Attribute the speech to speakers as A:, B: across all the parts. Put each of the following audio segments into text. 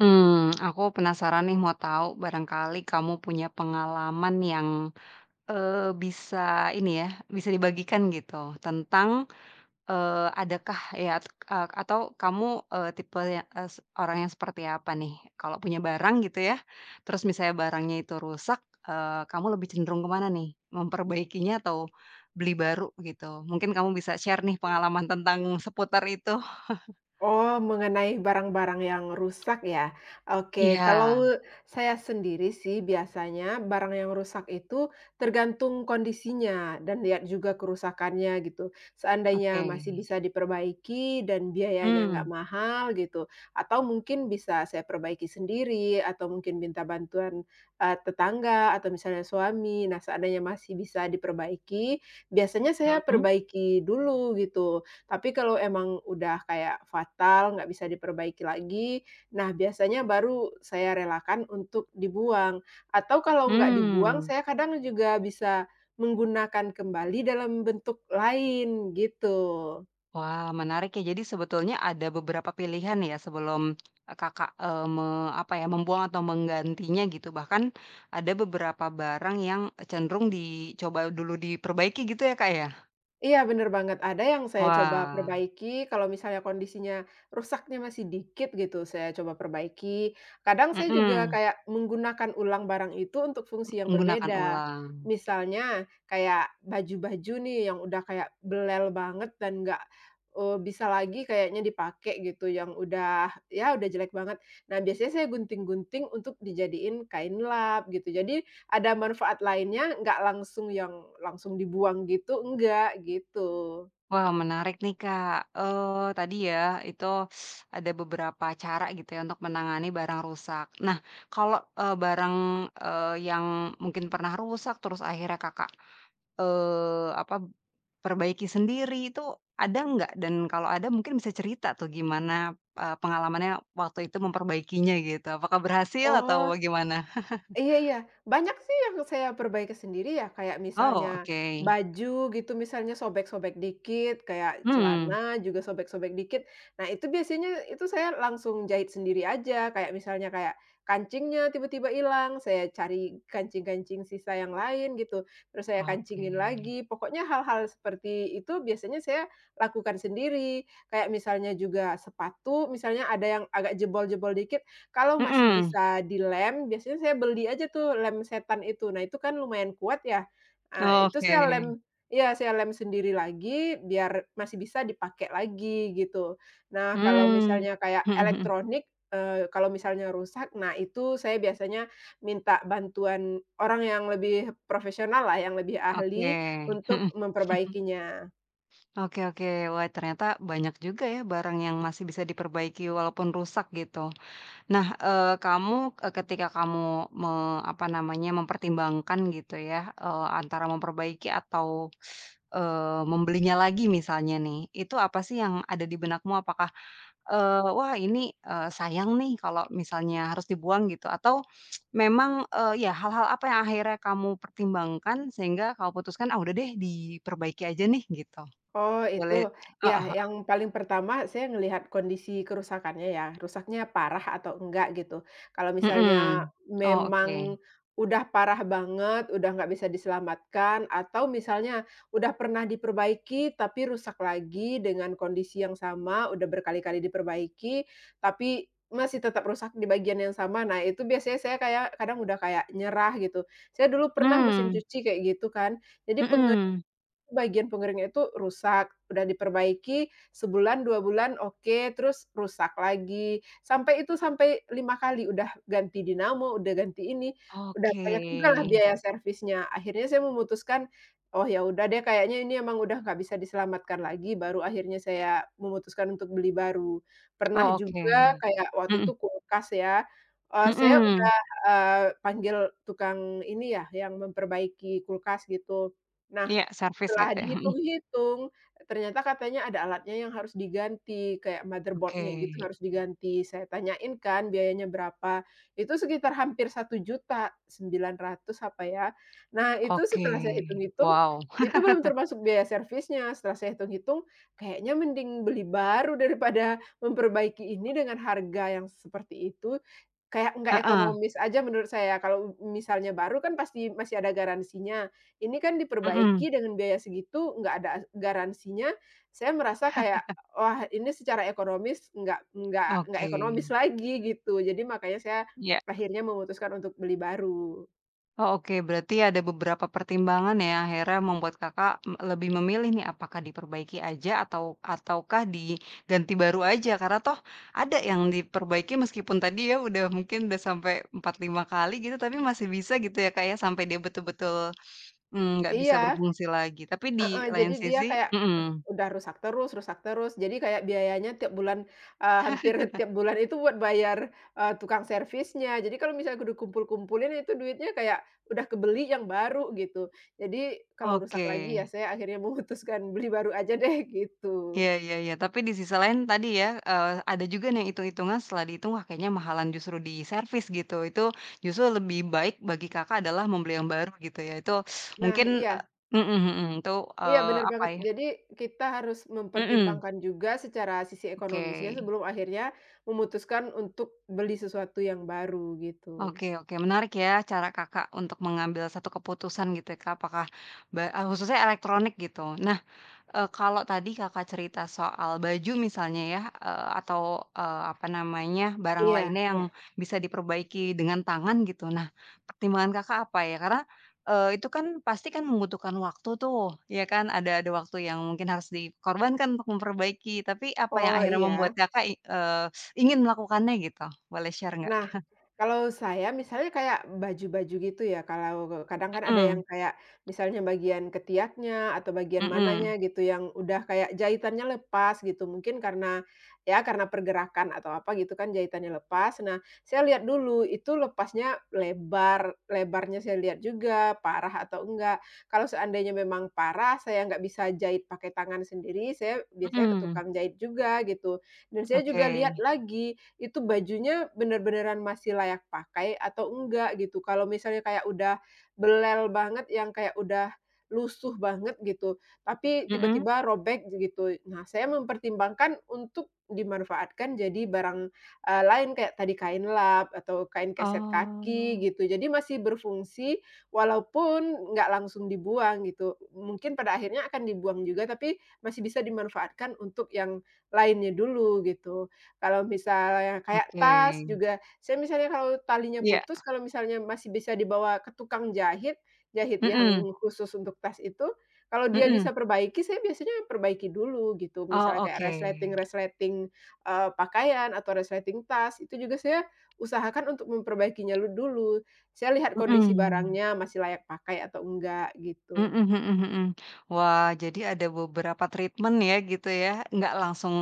A: Hmm, aku penasaran nih mau tahu barangkali kamu punya pengalaman yang, eee, bisa ini ya, bisa dibagikan gitu tentang adakah ya at atau kamu, tipe ya es orang yang seperti apa nih? Kalau punya barang gitu ya, terus misalnya barangnya itu rusak, kamu lebih cenderung kemana nih? Memperbaikinya atau beli baru gitu? Mungkin kamu bisa share nih pengalaman tentang seputar itu.
B: Oh, mengenai barang-barang yang rusak ya? Oke,
A: Iya,
B: kalau saya sendiri sih biasanya barang yang rusak itu tergantung kondisinya dan lihat juga kerusakannya gitu. Seandainya
A: oke.
B: masih bisa diperbaiki dan biayanya nggak
A: Mmm,
B: mahal gitu, atau mungkin bisa saya perbaiki sendiri atau mungkin minta bantuan tetangga atau misalnya suami. Nah, seandainya masih bisa diperbaiki, biasanya saya
A: mhm.
B: perbaiki dulu gitu, tapi kalau emang udah kayak fatal, nggak bisa diperbaiki lagi, nah biasanya baru saya relakan untuk dibuang. Atau kalau nggak dibuang,
A: Hmm,
B: saya kadang juga bisa menggunakan kembali dalam bentuk lain, gitu.
A: wah, menarik ya. Jadi sebetulnya ada beberapa pilihan ya sebelum, eee, Kakak, eee, me apa ya, membuang atau menggantinya gitu. Bahkan ada beberapa barang yang cenderung dicoba dulu diperbaiki gitu ya, Kak, ya?
B: Iya bener banget, ada yang saya coba
A: Wah,
B: perbaiki kalau misalnya kondisinya rusaknya masih dikit gitu, saya coba perbaiki. Kadang saya juga
A: mhm,
B: kayak menggunakan ulang barang itu untuk fungsi yang
A: menggunakan
B: berbeda.
A: ulang.
B: Misalnya kayak baju-baju nih yang udah kayak belel banget dan nggak, bisa lagi kayaknya dipakai gitu, yang udah ya udah jelek banget. Nah biasanya saya gunting-gunting untuk dijadiin kain lap gitu. Jadi ada manfaat lainnya, nggak langsung yang langsung dibuang gitu, enggak, gitu.
A: Wah, menarik nih, Kak. Tadi ya itu ada beberapa cara gitu ya untuk menangani barang rusak. Nah, kalau barang yang mungkin pernah rusak terus akhirnya Kakak Eee, apa, perbaiki sendiri itu ada nggak? Dan kalau ada mungkin bisa cerita tuh gimana pengalamannya waktu itu memperbaikinya gitu, apakah berhasil atau
B: Oh.
A: bagaimana?
B: Iya iya, banyak sih yang saya perbaiki sendiri ya, kayak
A: Oh,
B: misalnya
A: oke.
B: baju gitu, misalnya sobek-sobek dikit, kayak
A: Hmm.
B: celana juga sobek-sobek dikit. Nah, itu biasanya itu saya langsung jahit sendiri aja, kayak misalnya kayak kancingnya tiba-tiba hilang, saya cari kancing-kancing sisa yang lain gitu, terus saya
A: Oke.
B: kancingin lagi. Pokoknya hal-hal seperti itu biasanya saya lakukan sendiri. Kayak misalnya juga sepatu, misalnya ada yang agak jebol-jebol dikit, kalau masih
A: Mhm.
B: bisa dilem, biasanya saya beli aja tuh lem setan itu. Nah, itu kan lumayan kuat ya, itu
A: Oke.
B: saya lem, iya, saya lem sendiri lagi biar masih bisa dipakai lagi gitu. Nah, kalau
A: Hmm.
B: misalnya kayak elektronik, kalau misalnya rusak, nah itu saya biasanya minta bantuan orang yang lebih profesional lah, yang lebih
A: Oke.
B: ahli untuk memperbaikinya.
A: Oke, oke. Wah, ternyata banyak juga ya barang yang masih bisa diperbaiki walaupun rusak gitu. Nah, ketika kamu me apa namanya, mempertimbangkan gitu ya, antara memperbaiki atau membelinya lagi misalnya nih, itu apa sih yang ada di benakmu? Apakah, eee, wah ini, eee, sayang nih kalau misalnya harus dibuang gitu, atau memang, ya hal-hal apa yang akhirnya kamu pertimbangkan sehingga kamu putuskan, "Ah udah deh diperbaiki aja nih," gitu?
B: Oh itu,
A: Boleh.
B: ya
A: Heeh,
B: yang paling pertama saya ngelihat kondisi kerusakannya ya, rusaknya parah atau enggak gitu. Kalau misalnya
A: mhm. Oh, oke.
B: memang udah parah banget, udah nggak bisa diselamatkan, atau misalnya udah pernah diperbaiki tapi rusak lagi dengan kondisi yang sama, udah berkali-kali diperbaiki, tapi masih tetap rusak di bagian yang sama. Nah, itu biasanya saya kayak kadang udah kayak nyerah gitu. Saya dulu pernah mesin
A: Mmm,
B: cuci kayak gitu kan. Jadi penge
A: mhm.
B: Bagian pengeringnya itu rusak, udah diperbaiki sebulan, 2 bulan oke, terus rusak lagi. Sampai itu sampai 5 kali, udah ganti dinamo, udah ganti ini, udah
A: Oke.
B: banyak juga lah biaya servisnya. Akhirnya saya memutuskan, "Oh ya udah deh kayaknya ini emang udah nggak bisa diselamatkan lagi," baru akhirnya saya memutuskan untuk beli baru. Pernah
A: Oh, oke.
B: juga kayak waktu
A: Mhm,
B: itu kulkas ya, saya
A: mhm.
B: udah, panggil tukang ini ya, yang memperbaiki kulkas gitu. Nah,
A: Iya, servis
B: setelah
A: gitu ya? Mhm.
B: dihitung-hitung, ternyata katanya ada alatnya yang harus diganti, kayak
A: Oke,
B: motherboard-nya gitu harus diganti. Saya tanyain kan biayanya berapa, itu sekitar hampir 1.900.000 apa ya. Nah, itu setelah saya
A: oke.
B: hitung-hitung,
A: Wow.
B: itu belum termasuk biaya servisnya. Setelah saya hitung-hitung, kayaknya mending beli baru daripada memperbaiki ini dengan harga yang seperti itu, kayak nggak
A: Heeh,
B: ekonomis aja menurut saya. Kalau misalnya baru kan pasti masih ada garansinya. Ini kan
A: mhm,
B: diperbaiki dengan biaya segitu, nggak ada garansinya, saya merasa kayak, wah ini secara ekonomis nggak
A: oke.
B: ekonomis lagi gitu. Jadi makanya saya
A: Iya.
B: akhirnya memutuskan untuk beli baru.
A: Oh, oke, berarti ada beberapa pertimbangan ya akhirnya membuat Kakak m lebih memilih nih apakah diperbaiki aja atau ataukah diganti baru aja karena toh ada yang diperbaiki meskipun tadi ya udah mungkin udah sampai 4 5 kali gitu tapi masih bisa gitu ya, Kak, ya sampai dia betul-betul. Mmm, nggak bisa
B: Iya.
A: berfungsi lagi, tapi di
B: Heeh, jadi
A: lain
B: dia
A: sisi.
B: kayak, eh,
A: Mhm,
B: udah rusak terus, jadi kayak biayanya tiap bulan, hampir tiap bulan itu buat bayar, tukang servisnya. Jadi kalau misalnya udah kumpul-kumpulin itu duitnya kayak udah kebeli yang baru gitu. Jadi kalau rusak
A: oke.
B: lagi ya saya akhirnya memutuskan beli baru aja deh gitu.
A: Iya, iya, iya, tapi di sisi lain tadi ya, ada juga nih yang hitung-hitungan setelah dihitung, wah kayaknya mahalan justru di servis gitu, itu justru lebih baik bagi Kakak adalah membeli yang baru gitu ya, itu
B: Nah
A: mungkin e
B: iya
A: mhm, mhm, itu,
B: iya
A: eee,
B: bener
A: apa
B: banget.
A: ya
B: Jadi kita harus
A: Mhm,
B: mempertimbangkan juga secara sisi
A: oke.
B: ekonomisnya sebelum akhirnya memutuskan untuk beli sesuatu yang baru gitu.
A: Oke, oke, menarik ya cara Kakak untuk mengambil satu keputusan gitu ya Kak, apakah khususnya elektronik gitu. Nah, kalau tadi Kakak cerita soal baju misalnya ya, atau apa namanya, barang
B: Iya
A: lainnya yang
B: iya.
A: bisa diperbaiki dengan tangan gitu. Nah, pertimbangan Kakak apa ya? Karena itu kan pasti kan membutuhkan waktu tuh, ya kan? Ada waktu yang mungkin harus dikorbankan untuk memperbaiki, tapi apa yang
B: Oh
A: akhirnya membuat
B: iya.
A: Kakak ingin melakukannya gitu? Boleh share nggak?
B: Nah, kalau saya misalnya kayak baju-baju gitu ya, kalau kadang kan ada yang
A: Mhm,
B: kayak misalnya bagian ketiaknya atau bagian
A: mhm,
B: mananya gitu yang udah kayak jahitannya lepas gitu. Mungkin karena ya karena pergerakan atau apa gitu kan jahitannya lepas. Nah, saya lihat dulu itu lepasnya lebar, lebarnya saya lihat juga parah atau enggak. Kalau seandainya memang parah, saya nggak bisa jahit pakai tangan sendiri, saya biasanya ke
A: mhm,
B: tukang jahit juga gitu. Dan saya
A: oke,
B: juga lihat lagi itu bajunya bener-beneran masih layak pakai atau enggak gitu. Kalau misalnya kayak udah belel banget yang kayak udah lusuh banget gitu, tapi
A: mhm,
B: tiba-tiba robek gitu. Nah, saya mempertimbangkan untuk dimanfaatkan jadi barang, lain kayak tadi kain lap atau kain keset kaki
A: oh,
B: gitu. Jadi masih berfungsi walaupun nggak langsung dibuang gitu. Mungkin pada akhirnya akan dibuang juga, tapi masih bisa dimanfaatkan untuk yang lainnya dulu gitu. Kalau misalnya kayak tas
A: oke,
B: juga, saya misalnya kalau talinya
A: iya,
B: putus, kalau misalnya masih bisa dibawa ke tukang jahit, jahit yang
A: mhm,
B: khusus untuk tas itu, kalau dia
A: mhm.
B: bisa perbaiki, saya biasanya perbaiki dulu gitu. Misalnya
A: Oh,
B: kayak
A: oke,
B: resleting-resleting, pakaian atau resleting tas, itu juga saya usahakan untuk memperbaikinya dulu. Saya lihat kondisi
A: mhm.
B: barangnya masih layak pakai atau enggak
A: Mhm,
B: gitu.
A: mhm, mhm, mhm. Wah, jadi ada beberapa treatment ya gitu ya, nggak langsung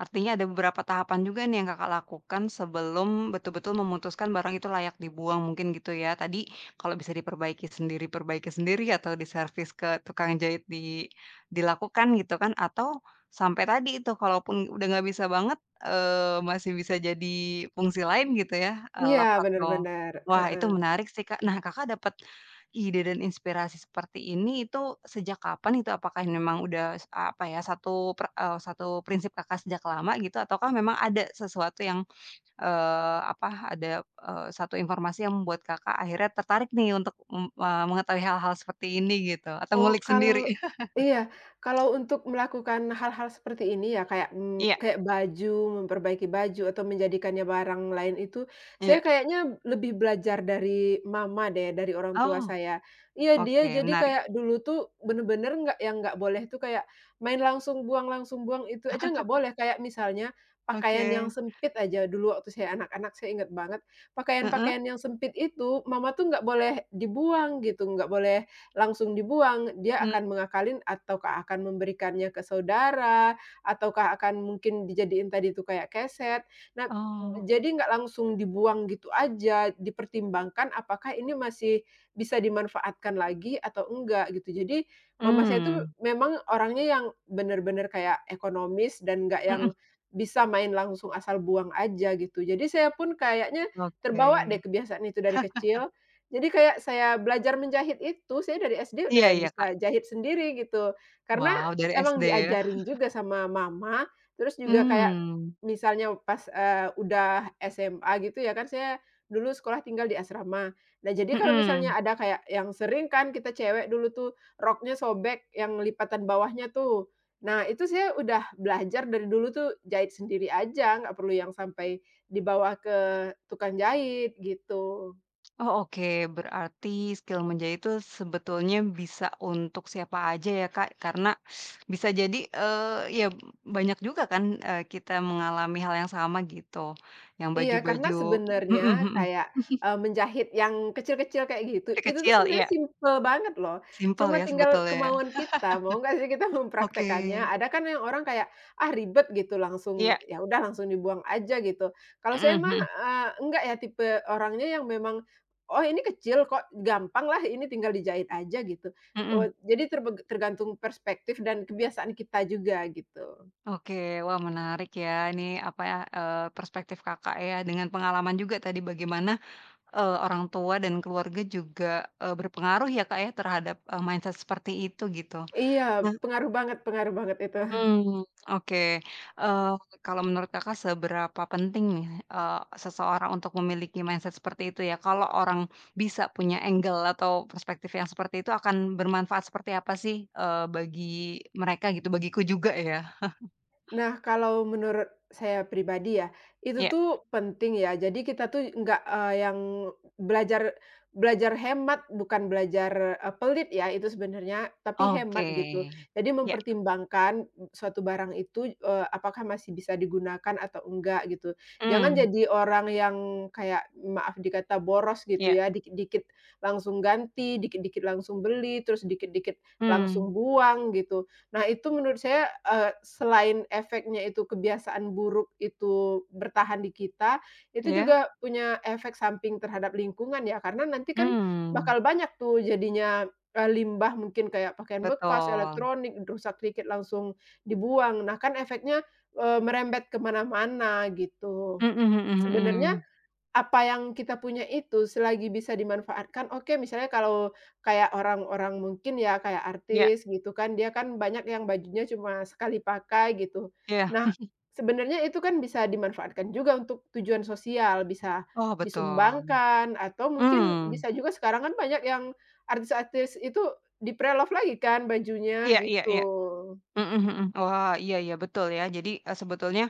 A: artinya ada beberapa tahapan juga nih yang Kakak lakukan sebelum betul-betul memutuskan barang itu layak dibuang mungkin gitu ya. Tadi kalau bisa diperbaiki sendiri, perbaiki sendiri atau diservis ke tukang jahit di dilakukan gitu kan, atau sampai tadi itu kalaupun udah nggak bisa banget, masih bisa jadi fungsi lain gitu ya,
B: Iya,
A: lap
B: bener
A: atau
B: bener,
A: wah itu
B: heeh.
A: menarik sih, Kak. Nah Kakak dapat. Ide dan inspirasi seperti ini itu sejak kapan itu? Apakah memang udah s apa ya, satu per eee, satu prinsip Kakak sejak lama gitu ataukah memang ada sesuatu yang, eee, apa, ada, eee, satu informasi yang membuat Kakak akhirnya tertarik nih untuk mengetahui hal-hal seperti ini gitu atau
B: Oh,
A: ngulik sendiri?
B: kalau iya, kalau untuk melakukan hal-hal seperti ini ya kayak, mmm,
A: Iya,
B: kayak baju, memperbaiki baju atau menjadikannya barang lain itu, saya
A: iya.
B: kayaknya lebih belajar dari mama deh, dari orang tua
A: Oh,
B: saya. Iya, dia
A: oke,
B: jadi
A: menarik.
B: kayak dulu tuh bener-bener nggak yang nggak boleh tuh kayak main langsung buang itu aja nggak boleh. Kayak misalnya pakaian yang
A: Oke.
B: sempit aja, dulu waktu saya anak-anak saya inget banget,
A: Heeh,
B: pakaian-pakaian yang sempit itu mama tuh nggak boleh dibuang gitu, nggak boleh langsung dibuang, dia
A: mmm,
B: akan mengakalin ataukah akan memberikannya ke saudara, ataukah akan mungkin dijadiin tadi itu kayak keset. Nah,
A: oh,
B: jadi nggak langsung dibuang gitu aja, dipertimbangkan apakah ini masih bisa dimanfaatkan lagi atau enggak gitu. Jadi mama saya tuh
A: mmm,
B: memang orangnya yang bener-bener kayak ekonomis dan nggak
A: mhm,
B: yang bisa main langsung asal buang aja gitu. Jadi saya pun kayaknya
A: oke.
B: terbawa deh kebiasaan itu dari kecil. Jadi kayak saya belajar menjahit itu, saya dari SD
A: Iya,
B: udah
A: iya, Kak.
B: bisa jahit sendiri gitu. Karena
A: Wow, dari
B: emang
A: SD ya?
B: diajarin juga sama mama, terus juga kayak
A: Mmm,
B: misalnya pas, udah SMA gitu ya kan saya dulu sekolah tinggal di asrama. Nah jadi kalau misalnya
A: mhm.
B: ada kayak yang sering kan kita cewek dulu tuh roknya sobek yang lipatan bawahnya tuh. Nah itu saya udah belajar dari dulu tuh jahit sendiri aja, nggak perlu yang sampai dibawa ke tukang jahit gitu.
A: Oh, oke, berarti skill menjahit itu sebetulnya bisa untuk siapa aja ya Kak, karena bisa jadi, ya banyak juga kan, kita mengalami hal yang sama gitu, yang
B: Iya,
A: baju-baju
B: karena
A: mhm,
B: sebenarnya
A: mhm,
B: kayak, menjahit yang kecil-kecil kayak gitu, itu tuh
A: kecil
B: sebenarnya
A: iya,
B: simpel banget loh.
A: simple
B: Cuma
A: ya
B: tinggal
A: sebetulnya ya.
B: kemauan kita, mau nggak sih kita
A: Oke,
B: mempraktekannya. Ada kan yang orang kayak, "Ah, ribet," gitu, langsung
A: iya,
B: ya udah langsung dibuang aja gitu. Kalau saya mah,
A: mhm,
B: enggak ya tipe orangnya yang memang, "Oh, ini kecil kok, gampang lah ini tinggal dijahit aja," gitu.
A: mhm, mhm,
B: Jadi tergantung perspektif dan kebiasaan kita juga gitu.
A: oke, wah menarik ya ini apa ya, perspektif Kakak ya dengan pengalaman juga tadi bagaimana orang tua dan keluarga juga, berpengaruh ya, Kak, ya terhadap mindset seperti itu gitu.
B: Iya,
A: Nah.
B: pengaruh banget itu.
A: Mhm, oke. Eee, kalau menurut Kakak seberapa penting nih, seseorang untuk memiliki mindset seperti itu ya? Kalau orang bisa punya angle atau perspektif yang seperti itu akan bermanfaat seperti apa sih, bagi mereka gitu, bagiku juga ya?
B: Nah, kalau menurut saya pribadi ya, itu
A: Iya,
B: tuh penting ya. Jadi kita tuh nggak, yang belajar belajar hemat, bukan belajar, pelit ya itu sebenarnya, tapi
A: oke.
B: hemat gitu. Jadi
A: Iya,
B: mempertimbangkan suatu barang itu, apakah masih bisa digunakan atau enggak gitu. Jangan
A: mmm,
B: jadi orang yang kayak maaf dikata boros gitu
A: iya,
B: ya, dikit-dikit langsung ganti, dikit-dikit langsung beli, terus dikit-dikit langsung
A: mmm,
B: buang gitu. Nah, itu menurut saya, selain efeknya itu kebiasaan buruk itu bertahan di kita, itu
A: iya,
B: juga punya efek samping terhadap lingkungan ya, karena nanti kan
A: mmm,
B: bakal banyak tuh jadinya, limbah mungkin kayak pakaian bekas,
A: betul.
B: elektronik, rusak dikit langsung dibuang. Nah, kan efeknya, merembet kemana mana gitu.
A: Mhm, mhm,
B: Sebenarnya
A: mhm.
B: apa yang kita punya itu selagi bisa dimanfaatkan oke, misalnya kalau kayak orang-orang mungkin ya kayak
A: Iya,
B: artis gitu kan, dia kan banyak yang bajunya cuma sekali pakai gitu.
A: iya.
B: Nah, sebenarnya itu kan bisa dimanfaatkan juga untuk tujuan sosial, bisa
A: Oh betul.
B: disumbangkan atau mungkin
A: Mmm,
B: bisa juga sekarang kan banyak yang artis-artis itu di-pre-love lagi kan bajunya
A: iya, iya, iya.
B: gitu.
A: Mhm, mhm. Wah, iya, iya, betul ya. Jadi, sebetulnya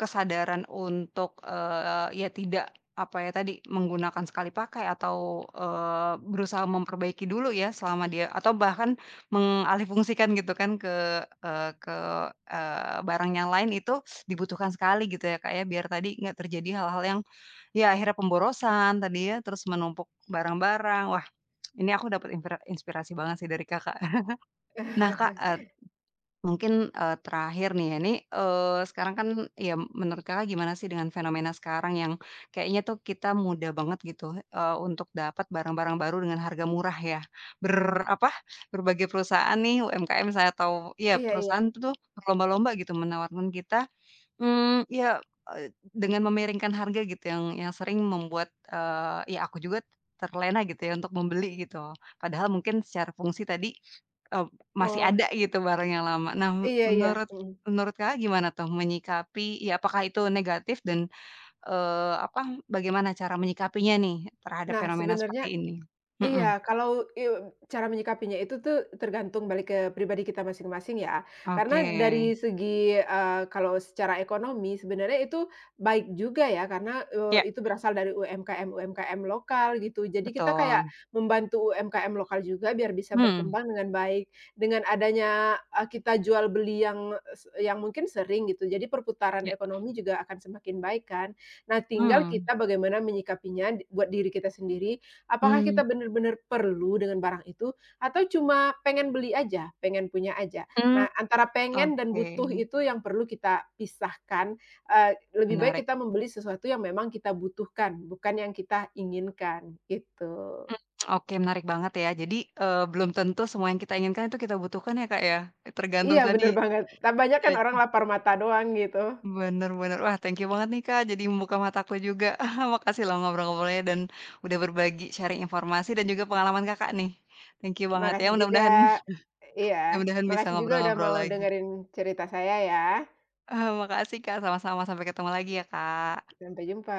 A: kesadaran untuk ya tidak, apa ya tadi, menggunakan sekali pakai atau berusaha memperbaiki dulu ya selama dia atau bahkan mengalihfungsikan gitu kan ke barang yang lain itu dibutuhkan sekali gitu ya, Kak, ya, biar tadi nggak terjadi hal-hal yang ya akhirnya pemborosan tadi ya, terus menumpuk barang-barang. Wah, ini aku dapat inspirasi banget sih dari Kakak. Nah Kak, eee, mungkin, eee, terakhir nih ya, ini, sekarang kan ya menurut Kakak gimana sih dengan fenomena sekarang yang kayaknya tuh kita mudah banget gitu, untuk dapat barang-barang baru dengan harga murah ya. Ber apa, Berbagai perusahaan nih UMKM saya tahu ya
B: Iya iya.
A: perusahaan tuh berlomba-lomba gitu menawarkan kita. Mmm, ya eee, dengan memiringkan harga gitu yang sering membuat ya aku juga terlena gitu ya untuk membeli gitu. Padahal mungkin secara fungsi tadi, eee, masih
B: Oh,
A: ada gitu barang yang lama. Nah,
B: iya iya,
A: menurut
B: mhm.
A: menurut Kakak gimana tuh menyikapi ya apakah itu negatif, dan, eee, apa, bagaimana cara menyikapinya nih terhadap
B: Nah,
A: fenomena seperti
B: sebenarnya,
A: ini? Mhm,
B: iya, kalau iu cara menyikapinya itu tuh tergantung balik ke pribadi kita masing-masing ya.
A: oke.
B: Karena dari segi, kalau secara ekonomi sebenarnya itu baik juga ya karena,
A: Ya,
B: itu berasal dari UMKM-UMKM lokal gitu. Jadi kita kayak
A: betul.
B: membantu UMKM lokal juga biar bisa
A: Mmm,
B: berkembang dengan baik. Dengan adanya, kita jual beli yang es yang mungkin sering gitu, jadi perputaran
A: ya,
B: ekonomi juga akan semakin baik kan. Nah tinggal
A: mmm,
B: kita bagaimana menyikapinya buat diri kita sendiri. Apakah kita
A: mmm,
B: benar-benar perlu dengan barang itu atau cuma pengen beli aja, pengen punya aja?
A: mmm,
B: Nah, antara pengen dan
A: oke,
B: butuh itu yang perlu kita pisahkan, lebih baik
A: menarik.
B: kita membeli sesuatu yang memang kita butuhkan, bukan yang kita inginkan, gitu.
A: Oke, menarik banget ya. Jadi, belum tentu semua yang kita inginkan itu kita butuhkan ya, Kak, ya? Tergantung
B: Iya,
A: tadi,
B: bener banget. Banyak kan
A: eee
B: orang lapar mata doang gitu.
A: bener, bener. Wah, thank you banget nih, Kak, jadi membuka mataku juga. Makasih loh ngobrol-ngobrolnya dan udah berbagi sharing informasi dan juga pengalaman Kakak nih. Thank you banget ya,
B: Makasih juga,
A: mudah-mudahan
B: iya,
A: mudah-mudahan bisa
B: makasih juga udah
A: ngobrol-ngobrol
B: mau
A: lagi.
B: dengerin cerita saya ya.
A: Eee, makasih, Kak, sama-sama. Sampai ketemu lagi ya, Kak.
B: Sampai jumpa.